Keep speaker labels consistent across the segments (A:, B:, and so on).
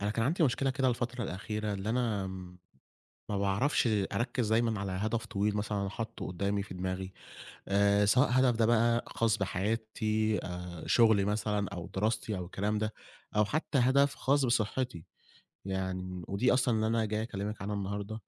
A: أنا كان عندي مشكلة كده الفترة الأخيرة، اللي أنا ما باعرفش أركّز دايمًا على هدف طويل مثلًا أنا حاطّه قدّامي في دماغي، سواء هدف ده بقى خاص بحياتي، شغلي مثلًا أو دراستي أو الكلام ده، أو حتى هدف خاص بصحّتي. يعني ودي أصلًا اللي أنا جاي أكلّمِك عنها النهارده.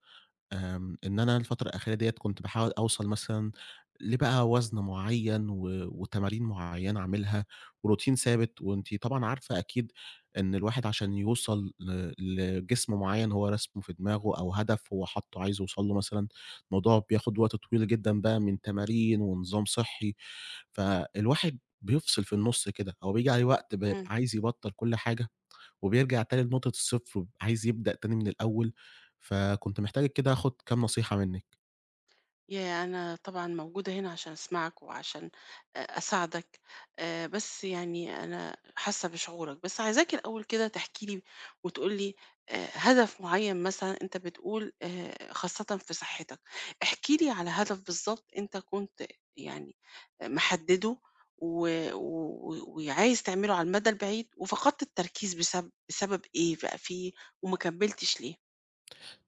A: إن أنا الفترة الأخيرة ديّة كنت باحاول أوصل مثلًا لبقى وزن معيّن و وتمارين معيّنة أعملها وروتين ثابت، وأنتِ طبعًا عارفة أكيد إن الواحد عشان يوصل لجسم معيّن هو راسمه في دماغه أو هدف هو حاطّه عايز يوصل له مثلًا، الموضوع بياخد وقت طويل جدًا بقى من تمارين ونظام صحّي، فالواحد بيفصل في النُص كده، هو بييجي عليه وقت بيبقى
B: إمم.
A: عايز يبطّل كل حاجة وبيرجع تاني لنقطة الصفر وبيبقى عايز يبدأ تاني من الأول، فكنت محتاج كده آخُد كام نصيحة منِّك.
B: ياه! أنا طبعًا موجودة هنا عشان أسمعك وعشان أساعدك، بس يعني أنا حاسة بشعورك، بس عايزاك الأول كده تحكي لي وتقول لي هدف معيّن مثلًا أنت بتقول خاصةً في صحتك، احكِ لي على هدف بالضبط أنت كنت يعني محدّده و و وعايز تعمله على المدى البعيد وفقدت التركيز بسبب إيه بقى في وما كمّلتش ليه؟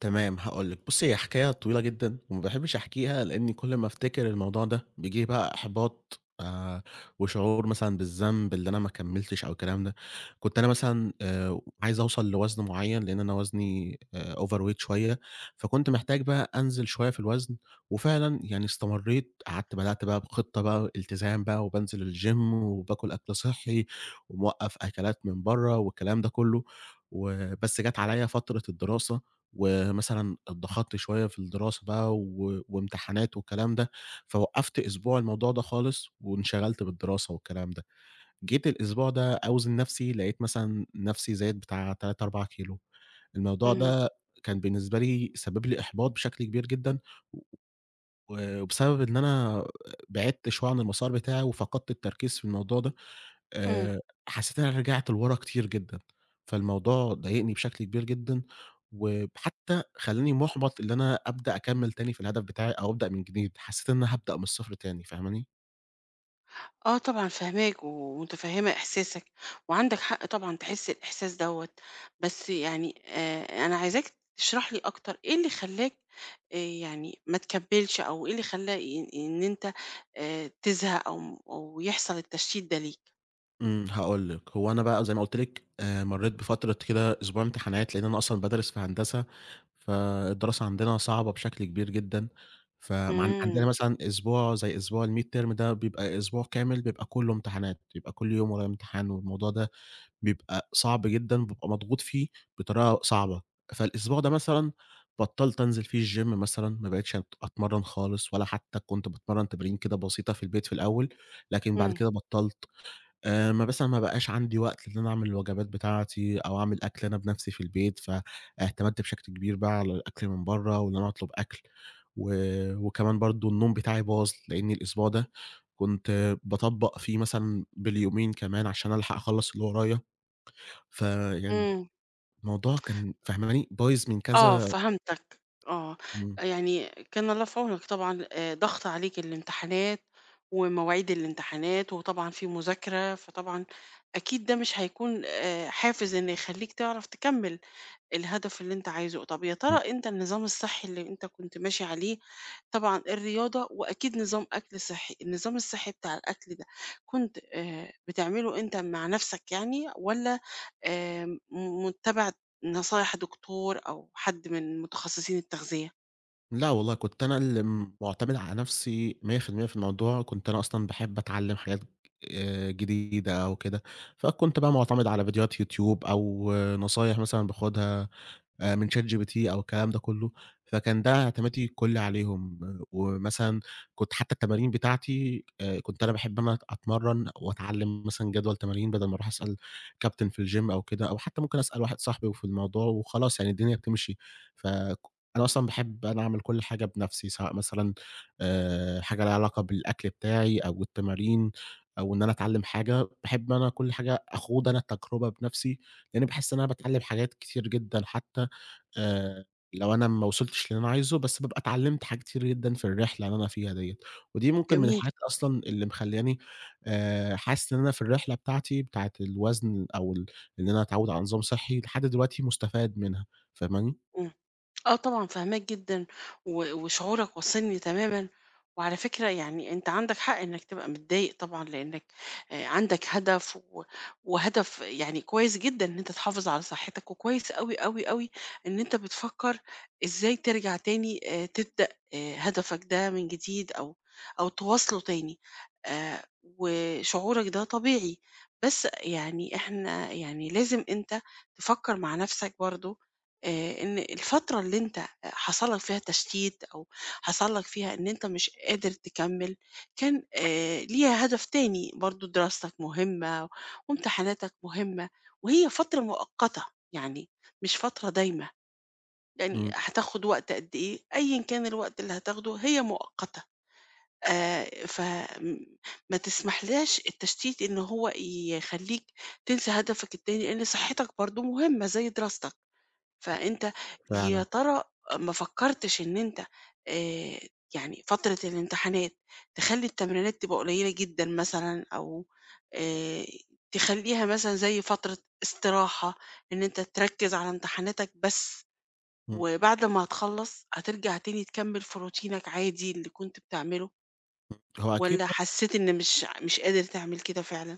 A: تمام هاقول لِك، بُصّي هي حكاية طويلة جدًا وما باحبش أحكيها لإني كل ما أفتكر الموضوع ده بييجي لي بقى إحباط وشعور مثلًا بالذنب اللي أنا ما كمّلتش أو الكلام ده. كنت أنا مثلًا عايز أوصل لوزن معيّن لإن أنا وزني overweight شوية، فكنت محتاج بقى أنزل شوية في الوزن وفعلًا يعني استمرّيت، قعدت بدأت بقى بخطة بقى التزام بقى وبانزل الgym وباكل أكل صحّي وموقّف أكلات من برّه والكلام ده كُلّه، وبس جات عليّا فترة الدراسة ومثلًا اتضغطت شوية في الدراسة بقى و وامتحانات والكلام ده، فوقّفت أسبوع الموضوع ده خالص وانشغلت بالدراسة والكلام ده. جيت الأسبوع ده أوزن نَفْسي، لقيت مثلًا نَفْسي زادت بتاع 3، 4 كيلو. الموضوع
B: إمم،
A: ده كان بالنسبة لي سبب لي إحباط بشكل كبير جدًا، و وبسبب إن أنا بعدت شوية عن المسار بتاعي وفقدت التركيز في الموضوع ده.
B: إمم.
A: آآ، حسّيت إن أنا رجعت لورا كتير جدًا، فالموضوع ضايقني بشكل كبير جدًا، وحتى خلّاني مُحبَط إن أنا أبدأ أكمّل تاني في الهدف بتاعي أو أبدأ من جديد، حسّيت إن أنا هابدأ من الصفر تاني، فاهماني؟
B: آه طبعًا فاهماك ومتفهمة إحساسك، وعندك حق طبعًا تحس الإحساس دوّة، بس يعني أنا عايزاك تشرح لي أكتر إيه اللي خلّاك يعني ما تكمّلش أو إيه اللي خلّى إن أنت تزهق أو أو يحصل التشتيت ده ليك؟
A: هاقول لِك، هو أنا بقى زي ما قُلت لِك مرّيت بفترة كده أسبوع امتحانات، لإن أنا أصلًا بادرس في هندسة، فالدراسة عندنا صعبة بشكل كبير جدًا، فمعن
B: إمم،
A: عندنا مثلًا أسبوع زي أسبوع الmid term ده بيبقى أسبوع كامل بيبقى كلّه امتحانات، بيبقى كل يوم ورايا امتحان والموضوع ده بيبقى صعب جدًا، بابقى مضغوط فيه بطريقة صعبة. فالأسبوع ده مثلًا بطّلت أنزل فيه الgym مثلًا، ما بقيتش أتمرّن خالص ولا حتى كنت باتمرّن تمارين كده بسيطة في البيت في الأول، لكن بعد
B: إمم،
A: كده بطّلت. ما مثلًا ما بقاش عندي وقت إن أنا أعمل الوجبات بتاعتي أو أعمل أكل أنا بنفسي في البيت، فاعتمدت بشكل كبير بقى على الأكل من برّه وإن أنا أطلب أكل، و وكمان برضه النوم بتاعي باظ، لإني الأسبوع ده كنت باطبّق فيه مثلًا باليومين كمان عشان ألحق أخلّص اللي ورايا. فيعني
B: إمم.
A: الموضوع كان فاهماني؟ بايظ من
B: آه،
A: كذا.
B: فهمتك، آه،
A: إمم،
B: يعني كان الله في عونك طبعًا، ضغط عليك الامتحانات ومواعيد الامتحانات، وطبعًا في مذاكرة، فطبعًا أكيد ده مش هيكون حافز إنه يخلّيك تعرف تكمّل. الهدف اللي أنت عايزه، طب يا
A: إمم.
B: ترى أنت النظام الصحي اللي أنت كنت ماشي عليه طبعًا الرياضة وأكيد نظام أكل صحي، النظام الصحي بتاع الأكل ده كنت بتعمله أنت مع نَفْسك يعني والّا متّبع نصايح دكتور أو حد من متخصصين التغذية؟
A: لأ والله كنت أنا اللي مُعتمد على نفسي 100% في المِيّة في الموضوع، كنت أنا أصلًا باحب أتعلّم حاجات جديدة أو كده، فكنت بقى مُعتمد على فيديوهات يوتيوب أو نصايح مثلًا باخُدها من Chat GPT أو الكلام ده كلّه، فكان ده اعتمادي الكلّي عليهم. آه، ومثلًا كنت حتى التمارين بتاعتي كنت أنا باحب إن أنا أتمرّن وأتعلّم مثلًا جدول تمارين بدل ما أروح أسأل كابتن في الgym أو كده، أو حتى ممكن أسأل واحد صاحبي وفي الموضوع وخلاص يعني الدنيا بتمشي. فك أنا أصلًا باحب أنا أعمل كل حاجة بنَفْسي، سواء مثلًا حاجة ليها علاقة بالأكل بتاعي أو التمارين أو إن أنا أتعلّم حاجة، باحب إن أنا كل حاجة أخوض أنا التجربة بنَفْسي، لإنّي باحس إن أنا باتعلّم حاجات كتير جدًا حتى آآ، لو أنا ما وصلتش للي أنا عايزه، بس بابقى اتعلمت حاجات كتير جدًا في الرحلة اللي أنا فيها ديّة، ودي ممكن من
B: جميل.
A: الحاجات أصلًا اللي مخلّياني حاسس إن أنا في الرحلة بتاعتي بتاعة الوزن أو إن أنا أتعوّد على نظام صحّي لحد دلوقتي مستفاد منها، فاهماني؟
B: إمم. آه طبعًا فاهماك جدًا، و وشعورك واصلني تمامًا، وعلى فكرة يعني أنت عندك حق إنك تبقى متضايق طبعًا لإنك عندك هدف و وهدف يعني كويس جدًا إن أنت تحافظ على صحتك، وكويس أوي، أوي، أوي إن أنت بتفكّر إزاي ترجع تاني تبدأ هدفك ده من جديد أو تواصله تاني، وشعورك ده طبيعي، بس يعني إحنا يعني لازم أنت تفكّر مع نَفْسك برضه إن الفترة اللي أنت حصل لك فيها تشتيت أو حصل لك فيها إن أنت مش قادر تكمّل، كان ليها هدف تاني برضه دراستك مهمة وامتحاناتك مهمة، وهي فترة مؤقتة، يعني مش فترة دايمة، يعني
A: إمم،
B: هتاخد وقت قد إيه، أيًا كان الوقت اللي هتاخده هي مؤقتة، ف م ما تسمحلهاش التشتيت إن هو يخلّيك تنسى هدفك التاني، لإن صحتك برضه مهمة زي دراستك. فأنت يا
A: فعلًا،
B: ترى ما فكّرتش إن أنت آآ يعني فترة الامتحانات تخلّي التمرينات تبقى قليّلة جدًا مثلًا أو آآ تخلّيها مثلًا زي فترة استراحة، إن أنت تركّز على امتحاناتك بس
A: إمم،
B: وبعد ما هتخلّص هترجع تاني تكمّل في روتينك عادي اللي كنت بتعمله
A: هو أكيد
B: والّا
A: طبعًا.
B: حسّيت إن مش قادر تعمل كده فعلًا؟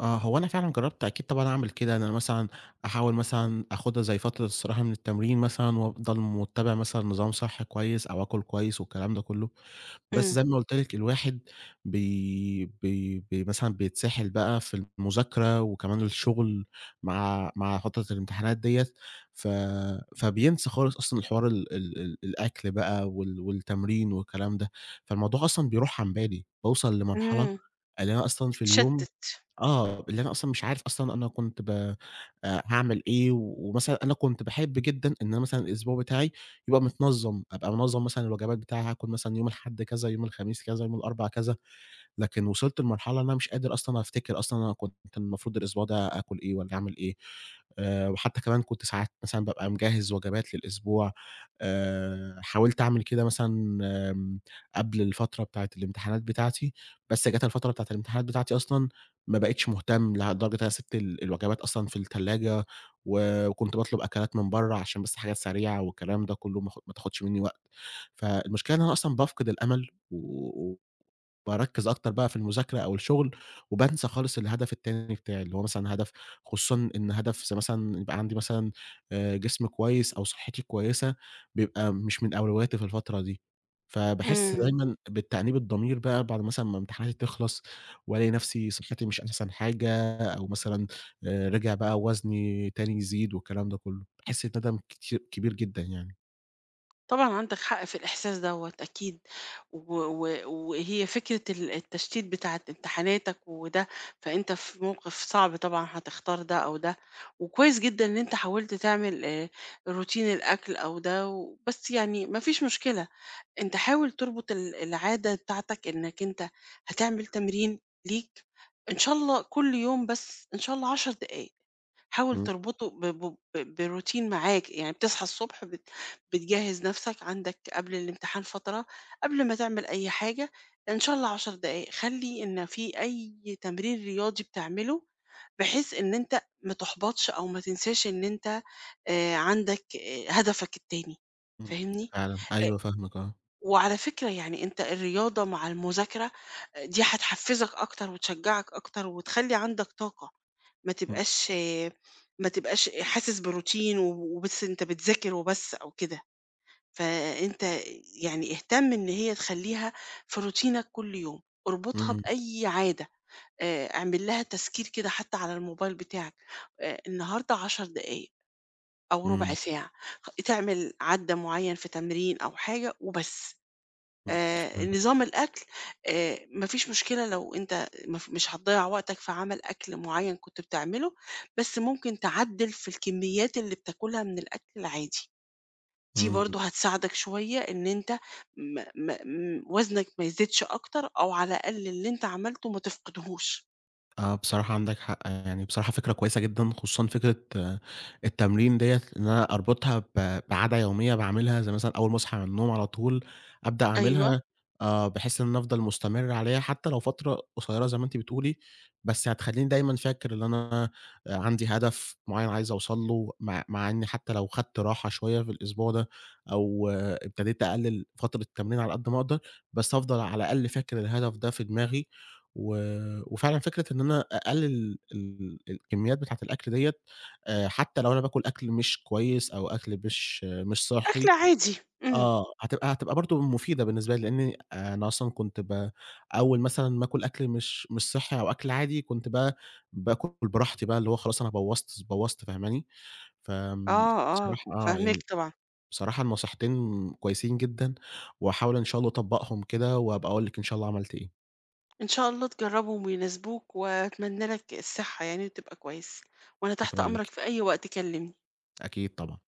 A: آه، هو أنا فعلًا جرّبت أكيد طبعًا أعمل كده، إن أنا مثلًا أحاول مثلًا آخُدها زي فترة استراحة من التمرين مثلًا وأفضل متّبع مثلًا نظام صحّي كويس أو آكُل كويس والكلام ده كلّه. بس
B: إمم.
A: زي ما قُلت لِك الواحد بي بي بي مثلًا بيتسحل بقى في المذاكرة وكمان الشغل مع فترة الامتحانات ديّة، ف فبينسى خالص أصلًا الحوار ال ال ال الأكل بقى والتمرين والكلام ده، فالموضوع أصلًا بيروح عن بالي، باوصل لمرحلة
B: إمم.
A: اللي أنا أصلًا في اليوم.
B: تتشتّت.
A: آه، اللي أنا أصلًا مش عارف أصلًا أنا كنت ب هاعمل إيه، و- ومثلًا أنا كنت باحب جدًا إن أنا مثلًا الأسبوع بتاعي يبقى متنظم، أبقى منظم مثلًا الوجبات بتاعي هاكل مثلًا يوم الأحد كذا، يوم الخميس كذا، يوم الأربع كذا. لكن وصلت لمرحلة إن أنا مش قادر أصلًا أفتكر أصلًا أنا كنت المفروض الأسبوع ده آكل إيه والّا أعمل إيه، وحتى كمان كنت ساعات مثلًا بابقى مجهّز وجبات للأسبوع، حاولت أعمل كده مثلًا آمم قبل الفترة بتاعة الامتحانات بتاعتي، بس جات الفترة بتاعة الامتحانات بتاعتي أصلًا ما بقيتش مهتم، لدرجة إن أنا سِبت الوجبات أصلًا في التلاجة و وكنت باطلب أكلات من برّه عشان بس حاجات سريعة والكلام ده كُلّه ما تاخدش منّي وقت، فالمشكلة إن أنا أصلًا بافقد الأمل و باركّز أكتر بقى في المذاكرة أو الشغل، وبانسى خالص الهدف التاني بتاعي، اللي هو مثلًا هدف، خصوصًا إن هدف زي مثلًا يبقى عندي مثلًا جسم كويس أو صحّتي كويسة، بيبقى مش من أولوياتي في الفترة دي. فباحس
B: إمم.
A: دايمًا بتأنيب الضمير بقى بعد مثلًا ما امتحاناتي تخلص، وألاقي نفسي صحتي مش أحسن حاجة، أو مثلًا رِجع بقى وزني تاني يزيد والكلام ده كلّه، باحس بندم كتير كبير جدًا يعني.
B: طبعًا عندك حق في الإحساس دوّة أكيد، و و وهي فكرة التشتيت بتاعة امتحاناتك وده، فأنت في موقف صعب طبعًا هتختار ده أو ده، وكويس جدًا إن أنت حاولت تعمل روتين الأكل أو ده و بس يعني ما فيش مشكلة، أنت حاول تربط العادة بتاعتك إنك أنت هتعمل تمرين ليك، إن شاء الله كل يوم بس إن شاء الله 10 دقايق. حاول
A: إمم،
B: تربطه ب ب ب بروتين معاك، يعني بتصحى الصبح بتجهّز نَفْسك، عندك قبل الامتحان فترة، قبل ما تعمل أي حاجة إن شاء الله 10 دقايق، خلّي إن في أي تمرين رياضي بتعمله، بحيث إن أنت ما تُحبطش أو ما تنساش إن أنت عندك هدفك التاني،
A: إمم،
B: فاهمني؟
A: فعلًا،
B: آآ
A: أيوه فاهمِك، آه.
B: وعلى فكرة يعني أنت الرياضة مع المذاكرة، آه، دي هتحفّزك أكتر وتشجّعك أكتر وتخلّي عندك طاقة. ما
A: إمم،
B: تبقاش ما تبقاش حاسس بروتين و وبس أنت بتذاكر وبس أو كده، فأنت يعني اهتم إن هي تخلّيها في روتينك كل يوم، اربطها
A: إمم،
B: بأي عادة، اعمل لها تذكير كده حتى على الموبايل بتاعك، النهارده 10 دقايق أو ربع
A: إمم،
B: ساعة، تعمل عدّة معيّن في تمرين أو حاجة وبس.
A: إمم، فاهمِك.
B: نظام الأكل ما فيش مشكلة لو أنت ما ف مش هتضيّع وقتك في عمل أكل معيّن كنت بتعمله، بس ممكن تعدِّل في الكميات اللي بتاكلها من الأكل العادي، دي
A: إمم.
B: برضه هتساعدك شوية إن أنت ما ما م وزنك ما يزيدش أكتر أو على الأقل اللي أنت عملته ما تفقدهوش.
A: آه، بصراحة عندك حق، يعني بصراحة فكرة كويسة جدًا، خصوصًا فكرة آه، التمرين ديّة إن أنا أربطها بعادة يومية باعملها، زي مثلًا أول ما أصحى من النوم على طول أبدأ
B: أيوه،
A: أعملها، آه، بحيث إن أنا أفضل مستمر عليها حتى لو فترة قصيرة زي ما أنتِ بتقولي، بس هتخلّيني دايمًا فاكر إن أنا آه، عندي هدف معيّن عايز أوصل له، مع إني حتى لو خدت راحة شوية في الأسبوع ده، أو آه، ابتديت أقلل فترة التمرين على قد ما أقدر، بس هافضل على الأقل فاكر الهدف ده في دماغي. و وفعلًا فكرة إن أنا أقلل الكميات بتاعة الأكل ديّة. حتى لو أنا باكل أكل مش كويس أو أكل مش
B: أكل
A: صحّي،
B: عادي، إمم.
A: آه، هتبقى برضه مفيدة بالنسبة لي، لإني أنا أصلًا كنت أول مثلًا ما آكل أكل مش صحّي أو أكل عادي كنت بقى باكل براحتي بقى اللي هو خلاص أنا بوّظت فاهماني؟ فآمم،
B: آه، آه،
A: بصراحة آه،
B: فاهماك
A: يعني
B: طبعًا.
A: بصراحة النصيحتين كويسين جدًا، وهاحاول إن شاء الله أطبّقهم كده وأبقى أقول لِك إن شاء الله عملت إيه.
B: إن شاء الله تجرّبهم ويناسبوك وأتمنى لك الصحة يعني وتبقى كويس، وأنا تحت
A: شكرًا
B: أمرك
A: ليكِ.
B: في أي وقت كلّمني.
A: أكيد طبعًا.